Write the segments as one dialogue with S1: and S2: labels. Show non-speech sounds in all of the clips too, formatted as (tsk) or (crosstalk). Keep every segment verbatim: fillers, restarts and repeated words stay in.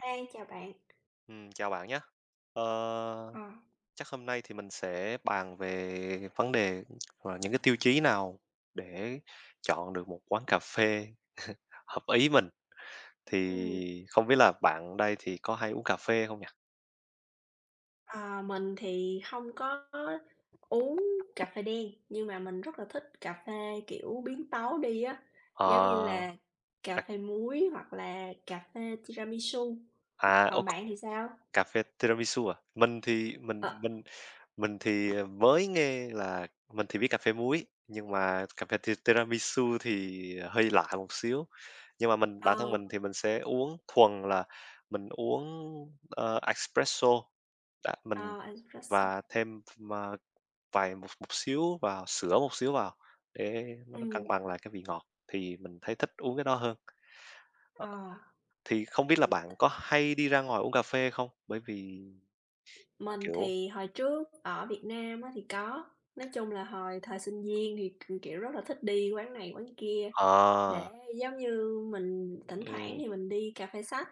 S1: Hi, chào bạn.
S2: Ừm, chào bạn nhé. Ờ,
S1: Ờ.
S2: chắc hôm nay thì mình sẽ bàn về vấn đề và những cái tiêu chí nào để chọn được một quán cà phê hợp ý mình.
S1: Ừm,
S2: Thì không biết là bạn đây thì có hay uống cà phê không nhỉ?
S1: ờ, mình thì không có uống cà phê đen, nhưng mà mình rất là thích cà phê, kiểu, biến tấu đi á, giống như
S2: Ờ,
S1: là cà
S2: đặc
S1: phê muối hoặc là cà phê tiramisu.
S2: à, ô.
S1: Còn bạn thì sao?
S2: Cà phê tiramisu à? Mình thì
S1: Ờ,
S2: mình mình mình thì, ờ, mới nghe là mình thì biết cà phê muối, nhưng mà cà phê ti tiramisu thì hơi lạ một xíu. Nhưng mà mình bản thân
S1: ờ,
S2: mình thì mình sẽ uống thuần là mình uống, ờ, espresso, đã mình
S1: ờ, espresso.
S2: và thêm mà vài một một xíu vào, sữa một xíu vào để nó cân
S1: Ừm,
S2: bằng lại cái vị ngọt, thì mình thấy thích uống cái đó hơn. Ờ,
S1: ờ,
S2: thì không biết là bạn có hay đi ra ngoài uống cà phê không? Bởi vì,
S1: mình
S2: kiểu.
S1: thì hồi trước ở Việt Nam á thì có, nói chung là hồi thời sinh viên thì, kiểu, rất là thích đi quán này quán kia. Để
S2: À,
S1: giống như mình thỉnh thoảng
S2: ừm,
S1: thì mình đi cà phê sách,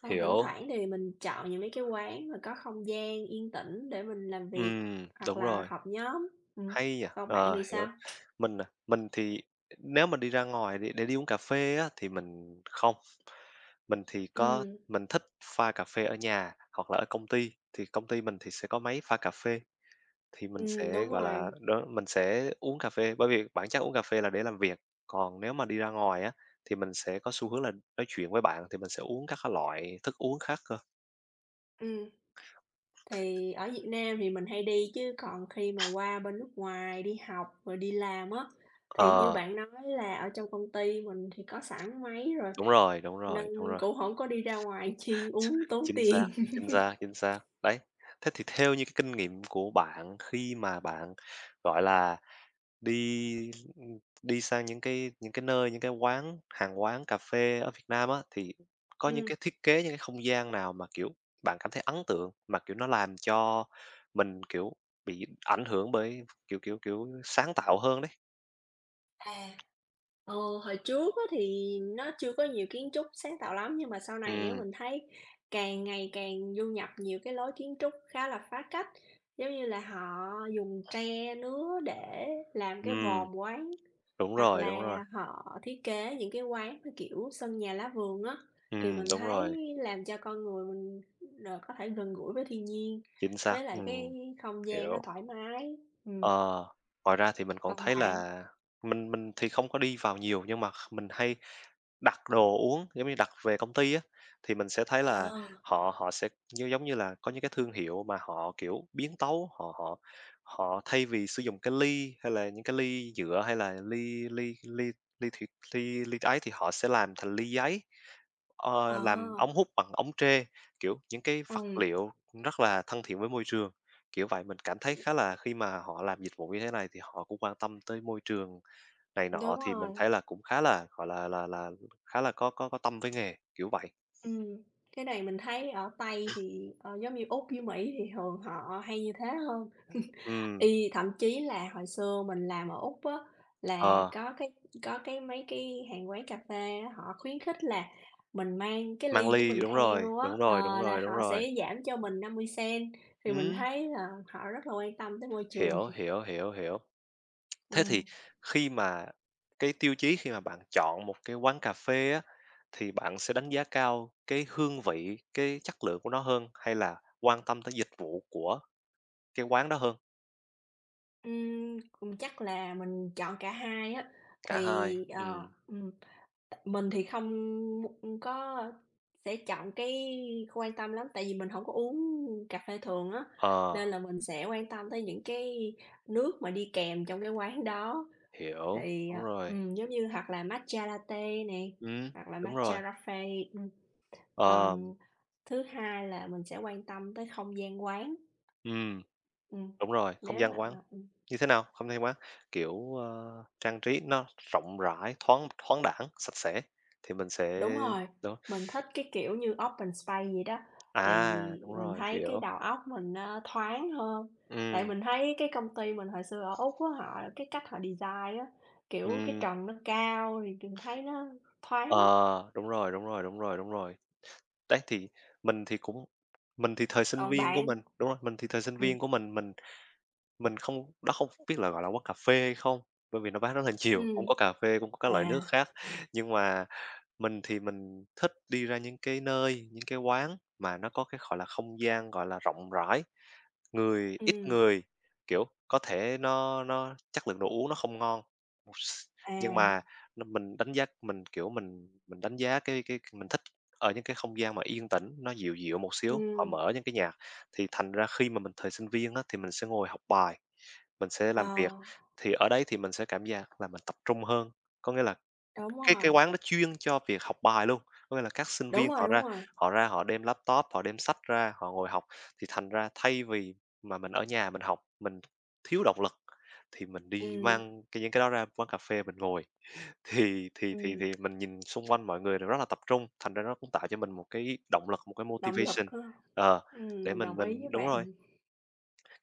S1: còn thỉnh
S2: hiểu,
S1: thoảng thì mình chọn những mấy cái quán mà có không gian yên tĩnh để mình làm việc
S2: ừm,
S1: hoặc
S2: đúng
S1: là
S2: rồi,
S1: họp nhóm. Ừm,
S2: hay nhỉ,
S1: còn bạn
S2: ờ,
S1: thì
S2: hiểu.
S1: sao?
S2: Mình à, mình thì nếu mà đi ra ngoài để để đi uống cà phê á thì mình không, mình thì có
S1: Ừm,
S2: mình thích pha cà phê ở nhà hoặc là ở công ty, thì công ty mình thì sẽ có máy pha cà phê, thì mình
S1: ừm,
S2: sẽ,
S1: đúng
S2: gọi là,
S1: rồi.
S2: đó, mình sẽ uống cà phê bởi vì bản chất uống cà phê là để làm việc, còn nếu mà đi ra ngoài á thì mình sẽ có xu hướng là nói chuyện với bạn thì mình sẽ uống các cái loại thức uống khác cơ.
S1: Ừm, thì ở Việt Nam thì mình hay đi chứ còn khi mà qua bên nước ngoài đi học rồi đi làm á, thì như
S2: Ờ,
S1: bạn nói là ở trong công ty mình thì có sẵn máy rồi
S2: đúng rồi, đúng rồi, đúng
S1: nên
S2: rồi.
S1: cũng không có đi ra ngoài (laughs) chi uống tốn
S2: Chính xác,
S1: tiền. (laughs)
S2: chính xác, chính xác. Đấy, thế thì theo như cái kinh nghiệm của bạn khi mà bạn, gọi là, đi, đi sang những cái những cái nơi, những cái quán hàng quán cà phê ở Việt Nam á, thì có những
S1: Ừm.
S2: cái thiết kế, những cái không gian nào mà, kiểu, bạn cảm thấy ấn tượng, mà, kiểu, nó làm cho mình, kiểu, bị ảnh hưởng bởi, kiểu, kiểu, kiểu, sáng tạo hơn đấy?
S1: À. Ờ, hồi trước á thì nó chưa có nhiều kiến trúc sáng tạo lắm, nhưng mà sau này á
S2: Ừm,
S1: mình thấy càng ngày càng du nhập nhiều cái lối kiến trúc khá là phá cách. Giống như là họ dùng tre, nứa để làm cái vòm
S2: ừm,
S1: quán,
S2: đúng
S1: hoặc
S2: rồi, đúng
S1: là
S2: rồi.
S1: họ thiết kế những cái quán theo kiểu sân nhà lá vườn á, thì
S2: Ừm,
S1: mình
S2: đúng
S1: thấy
S2: rồi,
S1: làm cho con người mình, ờ, có thể gần gũi với thiên nhiên,
S2: chính
S1: với
S2: xác,
S1: lại cái
S2: ừm,
S1: không gian nó
S2: hiểu.
S1: thoải mái. Ừm,
S2: Ờ, ngoài ra thì mình còn
S1: còn
S2: thấy
S1: bạn?
S2: là mình mình thì không có đi vào nhiều nhưng mà mình hay đặt đồ uống, giống như đặt về công ty á, thì mình sẽ thấy là
S1: Ờ.
S2: họ họ sẽ như giống như là có những cái thương hiệu mà họ, kiểu, biến tấu, họ họ họ thay vì sử dụng cái ly hay là những cái ly nhựa hay là ly ly ly ly thủy ly ly ấy thì họ sẽ làm thành ly giấy,
S1: Ờ,
S2: ờ, làm ống hút bằng ống tre, kiểu, những cái vật
S1: ừm.
S2: liệu rất là thân thiện với môi trường, kiểu vậy. Mình cảm thấy khá là khi mà họ làm dịch vụ như thế này thì họ cũng quan tâm tới môi trường này nọ
S1: Đúng
S2: thì mình
S1: rồi,
S2: thấy là cũng khá là, gọi là là là, khá là có có có tâm với nghề, kiểu vậy.
S1: ừm, cái này mình thấy ở Tây thì, ờ, giống như Úc với Mỹ thì thường họ hay như thế hơn. (laughs)
S2: Ừm,
S1: Y thậm chí là hồi xưa mình làm ở Úc á, là
S2: ờ,
S1: có cái có cái mấy cái hàng quán cà phê á, họ khuyến khích là mình mang cái
S2: mang
S1: ly của
S2: ly,
S1: mình
S2: đúng rồi,
S1: theo á,
S2: đúng rồi, đúng
S1: ờ, là
S2: rồi,
S1: họ
S2: đúng
S1: sẽ
S2: rồi.
S1: giảm cho mình năm mươi cent, thì mình
S2: Ừm,
S1: thấy là họ rất là quan tâm tới môi trường.
S2: hiểu, hiểu, hiểu, hiểu. Thế thì
S1: Ừm,
S2: khi mà cái tiêu chí khi mà bạn chọn một cái quán cà phê á, thì bạn sẽ đánh giá cao cái hương vị, cái chất lượng của nó hơn hay là quan tâm tới dịch vụ của cái quán đó hơn?
S1: ừm, ừm, chắc là mình chọn cả hai á,
S2: Cả
S1: thì,
S2: hai,
S1: ờ,
S2: ừm,
S1: ừm. Mình thì không có sẽ chọn cái quan tâm lắm, tại vì mình hổng có uống cà phê thường á,
S2: ờ,
S1: nên là mình sẽ quan tâm tới những cái nước mà đi kèm trong cái quán đó.
S2: hiểu,
S1: Thì,
S2: đúng
S1: ờ,
S2: rồi,
S1: ừm, giống như hoặc là matcha latte nè,
S2: ừm,
S1: hoặc là
S2: đúng rồi,
S1: matcha raffe, ừm.
S2: ờ,
S1: Còn thứ hai là mình sẽ quan tâm tới không gian quán,
S2: ừm.
S1: ừm,
S2: Đúng rồi, không
S1: nếu mà
S2: gian quán
S1: ờ, ừm.
S2: như thế nào? Không gian quán, kiểu, ơ, trang trí nó rộng rãi, thoáng thoáng đãng, sạch sẽ thì mình sẽ
S1: Đúng rồi,
S2: đúng.
S1: mình thích cái kiểu như open space vậy đó, thì
S2: À, đúng
S1: mình
S2: rồi,
S1: thấy cái
S2: hiểu.
S1: đầu óc mình nó thoáng hơn. Tại
S2: Ừm,
S1: mình thấy cái công ty mình hồi xưa ở Úc á, họ cái cách họ design á, kiểu, cái
S2: ừm.
S1: trần nó cao thì mình thấy nó thoáng.
S2: Ờ, đúng rồi, đúng rồi, đúng rồi, đúng rồi. Đấy, thì mình thì cũng mình thì thời sinh
S1: Còn
S2: viên của
S1: bạn
S2: mình đúng rồi, mình thì thời sinh
S1: ừm,
S2: viên của mình, mình mình không đó không biết là, gọi là, quán cà phê hay không? Bởi vì nó bán rất là nhiều,
S1: ừm,
S2: cũng có cà phê, cũng có các
S1: à,
S2: loại nước khác, nhưng mà mình thì mình thích đi ra những cái nơi, những cái quán mà nó có cái, gọi là, không gian, gọi là, rộng rãi, người ít
S1: ừm,
S2: người, kiểu, có thể nó nó chất lượng đồ uống nó không ngon, (laughs) một s nhưng
S1: à,
S2: mà nó mình đánh giá mình, kiểu, mình mình đánh giá cái cái mình thích ở những cái không gian mà yên tĩnh, nó dịu dịu một xíu, họ
S1: ừm,
S2: mở những cái nhạc. Thì thành ra khi mà mình thời sinh viên á, thì mình sẽ ngồi học bài, mình sẽ
S1: ờ,
S2: làm việc, thì ở đấy thì mình sẽ cảm giác là mình tập trung hơn. Có nghĩa là
S1: đúng
S2: cái cái
S1: rồi,
S2: quán đó chuyên cho việc học bài luôn, có nghĩa là các sinh
S1: đúng
S2: viên
S1: rồi,
S2: họ
S1: đúng
S2: ra
S1: rồi,
S2: họ ra họ đem laptop, họ đem sách ra, họ ngồi học. Thì thành ra thay vì mà mình ở nhà mình học, mình thiếu động lực, thì mình đi
S1: ừm,
S2: mang cái những cái đó ra quán cà phê mình ngồi, thì thì thì
S1: ừm,
S2: thì mình nhìn xung quanh mọi người đều rất là tập trung, thành ra nó cũng tạo cho mình một cái động lực, một cái
S1: động lực
S2: motivation,
S1: ha.
S2: ờ,
S1: Ừm,
S2: để
S1: mình
S2: mình
S1: đồng
S2: mình
S1: ý với
S2: đúng rồi,
S1: bạn.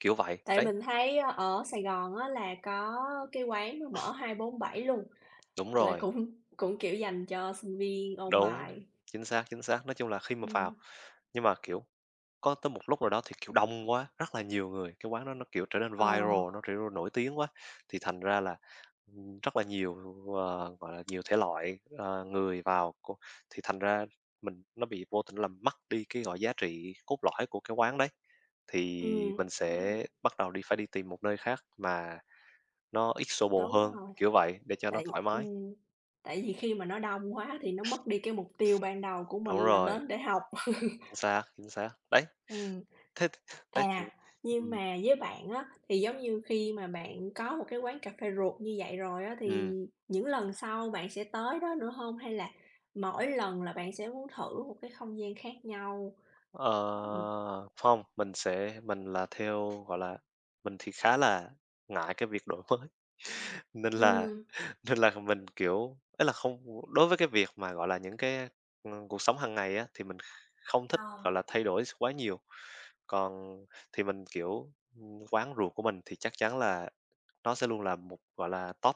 S2: kiểu vậy.
S1: Tại
S2: Đấy,
S1: mình thấy ờ, ở Sài Gòn á là có cái quán nó mở hai mươi tư trên bảy luôn,
S2: đúng
S1: là
S2: rồi,
S1: cũng (laughs) cũng, kiểu, dành cho sinh viên ôn
S2: đúng,
S1: bài.
S2: chính xác, chính xác. Nói chung là khi mà vào
S1: Ừm,
S2: nhưng mà, kiểu. Có tới một lúc nào đó thì, kiểu, đông quá, rất là nhiều người, cái quán đó nó, kiểu, trở nên
S1: ờ,
S2: viral, nó trở nên nổi tiếng quá, thì thành ra là, ừm, rất là nhiều, ờ, gọi là, nhiều thể loại, ờ, người vào cô thì thành ra mình nó bị vô tình làm mất đi cái, gọi, giá trị cốt lõi của cái quán đấy. Thì
S1: ừm,
S2: mình
S1: ừm,
S2: sẽ bắt đầu đi phải đi tìm một nơi khác mà nó ít xô bồ
S1: đúng
S2: hơn,
S1: rồi,
S2: kiểu vậy, để cho nó
S1: tại
S2: thoải mái.
S1: ừm, tại vì khi mà nó đông quá thì nó mất đi cái mục tiêu ban đầu của
S2: Đúng
S1: mình là
S2: rồi,
S1: đến để học.
S2: chính xác, chính xác. Đấy,
S1: Ừm.
S2: thế đấy, thì
S1: À, nhưng
S2: ừm,
S1: mà với bạn á, thì giống như khi mà bạn có một cái quán cà phê ruột như vậy rồi á, thì
S2: ừm.
S1: những lần sau bạn sẽ tới đó nữa hông? Hay là mỗi lần là bạn sẽ muốn thử một cái không gian khác nhau?
S2: Ờ,
S1: Ừm.
S2: không, mình sẽ mình là theo, gọi là, mình thì khá là ngại cái việc đổi mới, (laughs) nên là
S1: Ừm,
S2: nên là mình, kiểu ý là không đối với cái việc mà, gọi là, những cái, ơ, cuộc sống hàng ngày á, thì mình không thích,
S1: ờ,
S2: gọi là, thay đổi quá nhiều. Còn thì mình, kiểu, ừm, quán ruột của mình thì chắc chắn là nó sẽ luôn là một, gọi là, top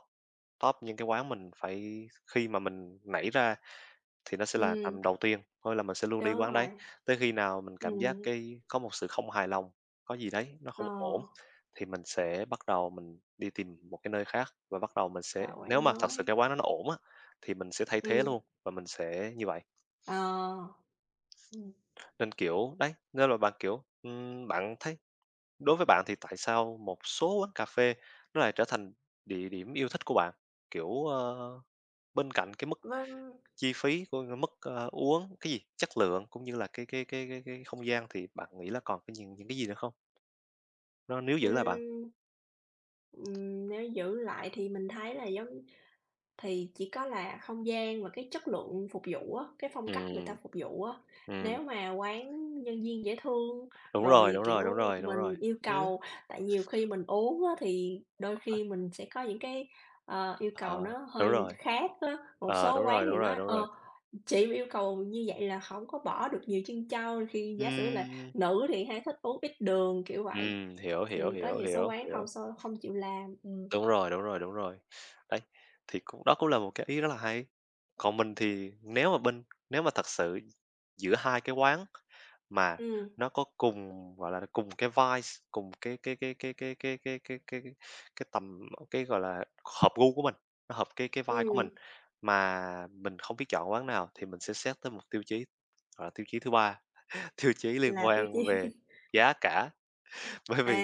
S2: top những cái quán mình phải khi mà mình nảy ra thì nó sẽ là
S1: ừm,
S2: nằm đầu tiên, thôi là mình sẽ luôn đi
S1: đúng
S2: quán đấy,
S1: rồi,
S2: tới khi nào mình cảm giác
S1: ừm,
S2: cái có một sự không hài lòng, có gì đấy nó
S1: ờ,
S2: không ổn thì mình sẽ bắt đầu mình đi tìm một cái nơi khác và bắt đầu mình sẽ
S1: đổi
S2: nếu
S1: quán
S2: mà thật sự
S1: mới,
S2: cái quán đó nó ổn á, thì mình sẽ thay thế
S1: ừm,
S2: luôn và mình sẽ như vậy.
S1: ờ. Ừm,
S2: Nên, kiểu, đấy, nên là bạn, kiểu, ừm, bạn thấy đối với bạn thì tại sao một số quán cà phê nó lại trở thành địa điểm yêu thích của bạn? Kiểu, ơ, bên cạnh cái mức
S1: vâng,
S2: chi phí của mức, ơ, uống cái gì, chất lượng cũng như là cái cái cái cái cái không gian thì bạn nghĩ là còn cái những những cái gì nữa không? Nó nếu giữ lại bạn?
S1: ừm, ừm, nếu giữ lại thì mình thấy là giống Thì chỉ có là không gian và cái chất lượng phục vụ á, cái phong cách người ta
S2: Ừm,
S1: phục vụ á.
S2: ừm,
S1: Nếu mà quán nhân viên dễ thương,
S2: đúng rồi,
S1: rồi,
S2: đúng rồi, đúng
S1: kiểu,
S2: rồi, đúng
S1: mình
S2: rồi.
S1: yêu cầu tại nhiều khi mình uống á, thì đôi khi mình sẽ có những cái, ờ, yêu cầu
S2: Ờ,
S1: nó
S2: đúng
S1: hơi
S2: rồi,
S1: khác á. Một
S2: ờ,
S1: số
S2: đúng
S1: quán
S2: rồi, đúng
S1: thì
S2: rồi,
S1: nói:
S2: đúng
S1: "Ờ,
S2: rồi.
S1: chị mà yêu cầu như vậy là không có bỏ được nhiều chân trâu Khi giả sử là
S2: Ừm,
S1: nữ thì hay thích uống ít đường, kiểu vậy,
S2: ừm, hiểu, hiểu,
S1: thì có
S2: hiểu,
S1: nhiều số
S2: hiểu,
S1: quán không,
S2: hiểu.
S1: xô không chịu làm. Ừm.
S2: Đúng rồi, đúng rồi, đúng rồi. Đấy, thì cũng đó cũng là một cái ý rất là hay. Còn mình thì nếu mà bên nếu mà thật sự giữa hai cái quán mà
S1: Ừm,
S2: nó có cùng, gọi là, cùng cái vibe, cùng cái cái cái cái cái cái cái cái cái cái tầm cái, gọi là, hợp gu của mình, nó hợp cái cái vibe của
S1: ừm,
S2: mình, mà mình không biết chọn quán nào thì mình sẽ xét tới một tiêu chí, gọi là, tiêu chí thứ ba. Tiêu chí liên
S1: là tiêu
S2: quan về
S1: chí.
S2: giá cả, (laughs) bởi
S1: À,
S2: vì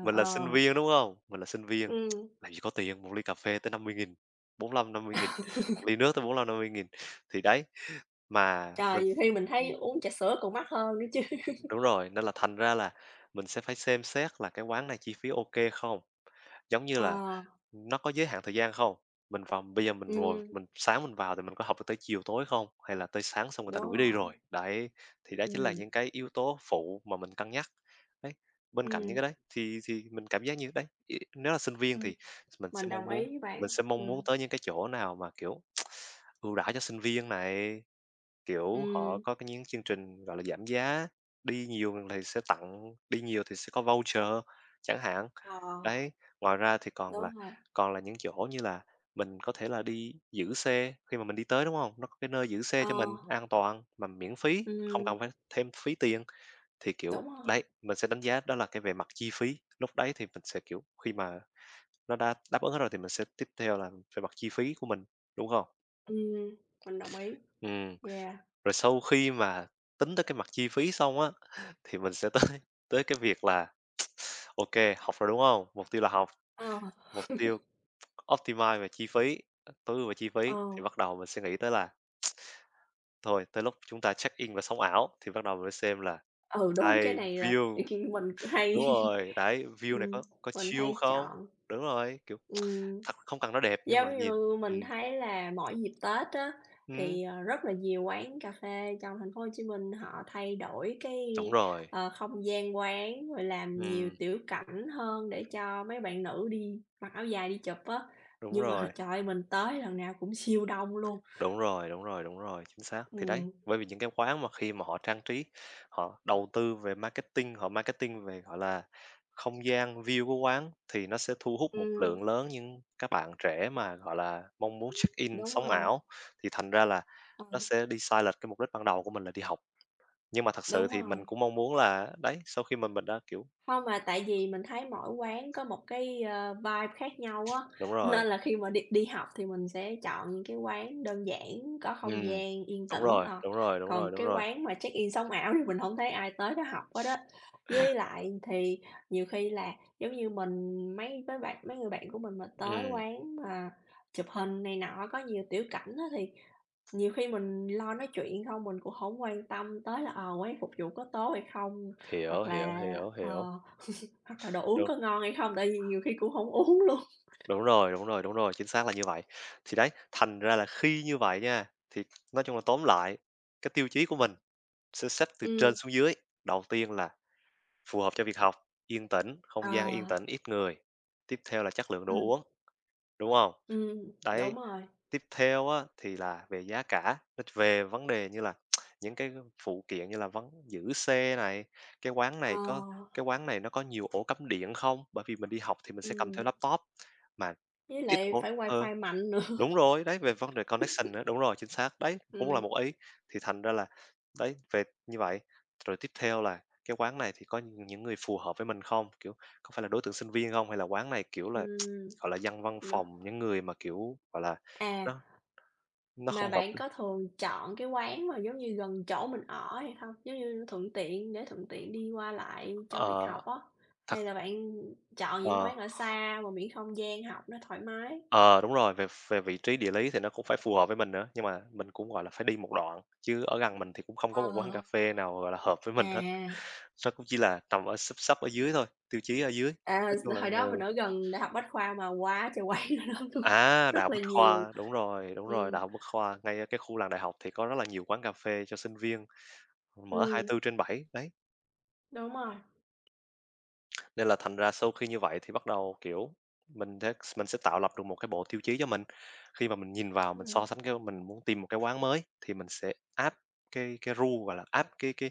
S2: mình là
S1: ờ,
S2: sinh viên, đúng không? Mình là sinh viên,
S1: ừm,
S2: làm gì có tiền, một ly cà phê tới năm mươi nghìn, bốn mươi lăm năm mươi nghìn, một ly nước tới bốn mươi lăm năm mươi nghìn. Thì đấy, mà mình
S1: trời, nhiều khi mình thấy uống trà sữa còn mắc hơn nữa chứ. (laughs)
S2: đúng rồi, nên là thành ra là mình sẽ phải xem xét là cái quán này chi phí ok không? Giống như là
S1: Ờ,
S2: nó có giới hạn thời gian không? Mình vào bây giờ mình ngồi
S1: ừm,
S2: mình sáng mình vào thì mình có học được tới chiều tối không? Hay là tới sáng xong người ta
S1: đúng
S2: đuổi đi
S1: rồi,
S2: rồi? Đấy, thì đó chính là
S1: ừm,
S2: những cái yếu tố phụ mà mình cân nhắc. Đấy, bên cạnh những
S1: ừm,
S2: cái đấy thì thì mình cảm giác như đấy, i nếu là sinh viên
S1: ừm,
S2: thì mình sẽ
S1: mình đồng
S2: mong
S1: ý
S2: muốn
S1: với bạn,
S2: mình sẽ mong muốn
S1: ừm,
S2: tới những cái chỗ nào mà, kiểu, (tsk) ưu đãi cho sinh viên này. Kiểu, họ
S1: ừm,
S2: có cái những chương trình, gọi là, giảm giá, đi nhiều thì sẽ tặng đi nhiều thì sẽ có voucher chẳng hạn.
S1: ờ,
S2: Đấy, ngoài ra thì còn là
S1: đúng rồi,
S2: còn là những chỗ như là mình có thể là đi giữ xe khi mà mình đi tới, đúng không? Nó có cái nơi giữ xe
S1: ờ,
S2: cho mình an toàn mà miễn phí, không
S1: ừm,
S2: cần phải thêm phí tiền. Thì, kiểu,
S1: đúng rồi,
S2: đấy, mình sẽ đánh giá đó là cái về mặt chi phí, lúc đấy thì mình sẽ, kiểu, khi mà nó đã đáp ứng hết rồi thì mình sẽ tiếp theo là về mặt chi phí của mình, đúng không?
S1: ừm, mình đồng ý,
S2: Ừ,
S1: yeah,
S2: rồi sau khi mà tính tới cái mặt chi phí xong á, thì mình sẽ (laughs) tới tới cái việc là (tsk) ok, học rồi, đúng không? Mục tiêu là học,
S1: ờ,
S2: mục tiêu
S1: (laughs)
S2: optimize về chi phí, ờ, tối ưu về chi
S1: ờ,
S2: phí, thì bắt đầu mình sẽ nghĩ tới là thôi, tới lúc chúng ta check in và sống ảo, thì bắt đầu mình mới xem là
S1: ừ, đúng, cái
S2: đây,
S1: này là
S2: view.
S1: (laughs) mình
S2: Đúng
S1: hay
S2: rồi, đấy,
S1: (laughs)
S2: view này
S1: ừm,
S2: có có
S1: mình
S2: chill
S1: hay
S2: không?
S1: chọn.
S2: Đúng rồi, kiểu,
S1: Ừm.
S2: thật không cần nó đẹp nhưng mà
S1: Giống
S2: nhìn
S1: như
S2: ừm,
S1: mình thấy là mỗi dịp Tết á,
S2: ừm,
S1: thì, ờ, rất là nhiều quán cà phê trong thành phố Hồ Chí Minh họ thay đổi cái,
S2: đúng rồi,
S1: ờ, không gian quán, rồi làm nhiều
S2: ừm,
S1: tiểu cảnh hơn để cho mấy bạn nữ đi mặc áo dài đi chụp á.
S2: đúng
S1: Nhưng mà
S2: rồi.
S1: trời ơi, mình tới lần nào cũng siêu đông luôn.
S2: Đúng rồi, đúng rồi, đúng rồi, chính xác.
S1: Ừ
S2: Thì đấy, bởi vì những cái quán mà khi mà họ trang trí, họ đầu tư về marketing, họ marketing về, gọi là, không gian, view của quán thì nó sẽ thu hút một
S1: ừm,
S2: lượng lớn những các bạn trẻ mà, gọi là, mong muốn check-in
S1: đúng
S2: sống
S1: rồi,
S2: ảo, thì thành ra là
S1: ừ,
S2: nó sẽ đi sai lệch cái mục đích ban đầu của mình là đi học. Nhưng mà thật sự
S1: đúng
S2: thì mình
S1: rồi.
S2: cũng mong muốn là đấy, sau khi mình mình đã, kiểu,
S1: Không mà tại vì mình thấy mỗi quán có một cái, ơ, vibe khác nhau á,
S2: đúng rồi,
S1: nên là khi mà đi đi học thì mình sẽ chọn những cái quán đơn giản, có không
S2: ừm,
S1: gian yên
S2: đúng
S1: tĩnh,
S2: rồi,
S1: ờ.
S2: đúng rồi, đúng
S1: Còn
S2: rồi, đúng
S1: cái
S2: rồi.
S1: quán mà check-in sống ảo thì mình hổng thấy ai tới đó học hết á. Với lại thì nhiều khi là, giống như, mình mấy mấy bạn mấy người bạn của mình mà tới
S2: Ừm,
S1: quán mà chụp hình này nọ, có nhiều tiểu cảnh á, thì nhiều khi mình lo nói chuyện không, mình cũng hổng quan tâm tới là, ờ, quán phục vụ có tốt hay không.
S2: hiểu,
S1: Hoặc
S2: hiểu,
S1: là,
S2: hiểu,
S1: ờ,
S2: hiểu.
S1: (laughs) hoặc là đồ uống
S2: Đúng.
S1: có ngon hay không, tại vì nhiều khi cũng không uống luôn.
S2: Đúng rồi, đúng rồi, đúng rồi, chính xác là như vậy. Thì đấy, thành ra là khi như vậy nha, thì nói chung là tóm lại, cái tiêu chí của mình sẽ xếp từ trên
S1: Ừm,
S2: xuống dưới. Đầu tiên là phù hợp cho việc học, yên tĩnh,
S1: ờ,
S2: không gian yên tĩnh, ít người. Tiếp theo là chất lượng đồ
S1: ừm,
S2: uống, đúng không?
S1: ừm, đúng
S2: Đấy,
S1: rồi,
S2: tiếp theo á, thì là về giá cả, nó về vấn đề như là (tsk) những cái phụ kiện như là vấn giữ xe này, cái quán
S1: ờ,
S2: này có cái quán này nó có nhiều ổ cắm điện không? Bởi vì mình đi học thì mình sẽ cầm theo
S1: ừm,
S2: laptop mà
S1: với
S2: ít
S1: lại
S2: ổ,
S1: phải
S2: ờ.
S1: wifi mạnh nữa. (laughs)
S2: Đúng rồi, đấy, về vấn đề connection nữa, đúng rồi, chính xác. Đấy, cũng là
S1: Ừm,
S2: một ý, thì thành ra là đấy, về như vậy. Rồi tiếp theo là cái quán này thì có những những người phù hợp với mình không? Kiểu, có phải là đối tượng sinh viên không? Hay là quán này, kiểu là, (tsk)
S1: ừm,
S2: gọi là, dân văn
S1: nữa.
S2: phòng, những người mà, kiểu, gọi là,
S1: À,
S2: nó nó
S1: mà
S2: không hợp.
S1: bạn có thường chọn cái quán mà giống như gần chỗ mình ở hay không? Giống như thuận tiện để thuận tiện đi qua lại cho việc
S2: Ờ,
S1: học á,
S2: thật,
S1: hay là bạn chọn những
S2: ờ.
S1: quán ở xa mà miễn không gian học nó thoải mái?
S2: Ờ, đúng rồi, về về vị trí địa lý thì nó cũng phải phù hợp với mình nữa, nhưng mà mình cũng, gọi là, phải đi một đoạn, chứ ở gần mình thì cũng không có một quán cà
S1: Ờ,
S2: phê nào, gọi là, hợp với mình hết.
S1: à.
S2: Nó cũng chỉ là nằm ở xấp xấp ở dưới thôi, tiêu chí ở dưới.
S1: À,
S2: Nói chung là
S1: hồi
S2: ừ,
S1: đó mình ở gần Đại học Bách khoa mà quá trời quay (laughs) ở đó luôn,
S2: à, Đại
S1: rất
S2: học
S1: là
S2: Bách
S1: nhiều.
S2: Khoa, đúng rồi, đúng rồi,
S1: Ừm,
S2: Đại học Bách Khoa, ngay ở cái khu làng đại học thì có rất là nhiều quán cà phê cho sinh viên, mở hai mươi
S1: ừm,
S2: tư trên bảy đấy.
S1: đúng rồi,
S2: Nên là thành ra sau khi như vậy thì bắt đầu, kiểu, mình thế mình sẽ tạo lập được một cái bộ tiêu chí cho mình. Khi mà mình nhìn vào mình
S1: ừm,
S2: so sánh cái mình muốn tìm một cái quán mới thì mình sẽ áp cái cái rule, gọi là, áp cái cái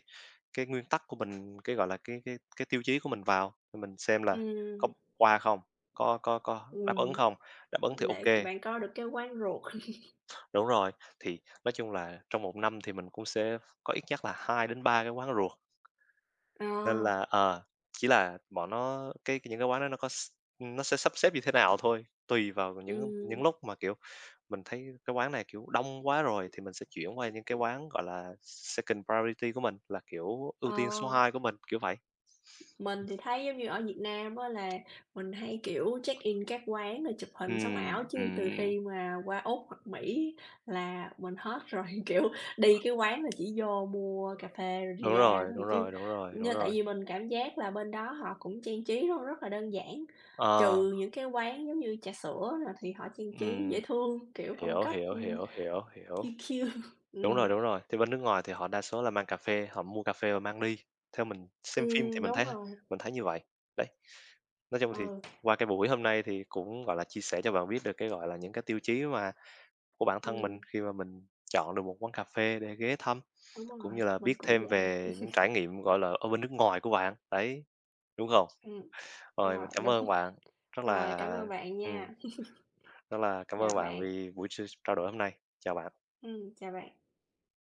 S2: cái nguyên tắc của mình, cái, gọi là, cái cái cái tiêu chí của mình vào, thì mình xem là
S1: ừm,
S2: có qua không, có có có đáp ứng
S1: ừm,
S2: không, đáp ứng thì ok
S1: để
S2: kê.
S1: bạn coi được cái quán ruột. (laughs)
S2: Đúng rồi, thì nói chung là trong một năm thì mình cũng sẽ có ít nhất là hai đến ba cái quán rùa.
S1: Ờ,
S2: Nên là, ờ, chỉ là bọn nó cái những cái quán đó nó có s nó sẽ sắp xếp như thế nào thôi, tùy vào những những
S1: ừm,
S2: lúc mà, kiểu, mình thấy cái quán này, kiểu, đông quá rồi thì mình sẽ chuyển qua những cái quán, gọi là, second priority của mình, là, kiểu, ưu
S1: ờ.
S2: tiên số hai của mình, kiểu vậy.
S1: Mình thì thấy giống như ở Việt Nam á là mình hay, kiểu, check-in các quán rồi chụp hình sống
S2: Ừm,
S1: ảo, chứ từ
S2: ừm,
S1: khi mà qua Úc hoặc Mỹ là mình hết rồi, (laughs) kiểu, đi cái quán là chỉ vô mua cà phê rồi đi
S2: đúng
S1: ra
S2: rồi, đúng
S1: thôi chứ
S2: rồi, đúng rồi, đúng
S1: như tại
S2: rồi.
S1: vì mình cảm giác là bên đó họ cũng trang trí nó rất là đơn giản,
S2: Ờ,
S1: trừ những cái quán giống như trà sữa nè thì họ trang trí
S2: ừm,
S1: dễ thương, kiểu, phong
S2: hiểu,
S1: cách,
S2: hiểu,
S1: ừm,
S2: hiểu, hiểu,
S1: cute
S2: hiểu.
S1: cute.
S2: Đúng rồi,
S1: Ừm,
S2: đúng rồi, thì bên nước ngoài thì họ đa số là mang cà phê, họ mua cà phê và mang đi, theo mình xem phim thì
S1: ừm, (laughs)
S2: mình
S1: đúng
S2: thấy
S1: rồi,
S2: mình thấy như vậy, đấy. Nói chung thì
S1: ừ,
S2: qua cái buổi hôm nay thì cũng, gọi là, chia sẻ cho bạn biết được cái, gọi là, những cái tiêu chí mà của bản thân
S1: ừm,
S2: mình khi mà mình chọn được một quán cà phê để ghé thăm,
S1: đúng
S2: cũng
S1: rồi,
S2: như là biết
S1: mình cũng
S2: thêm
S1: vậy.
S2: về
S1: (laughs)
S2: những trải nghiệm, gọi là, ở bên nước ngoài của bạn, đấy, đúng không?
S1: Ừm,
S2: Rồi,
S1: rồi,
S2: mình cảm
S1: đúng.
S2: ơn bạn, rất
S1: Rồi,
S2: là
S1: cảm ơn bạn
S2: ừm,
S1: nha.
S2: rất là
S1: (laughs)
S2: cảm ơn
S1: Chào
S2: bạn
S1: bạn.
S2: vì buổi trao đổi hôm nay. Chào bạn.
S1: Ừm, chào bạn.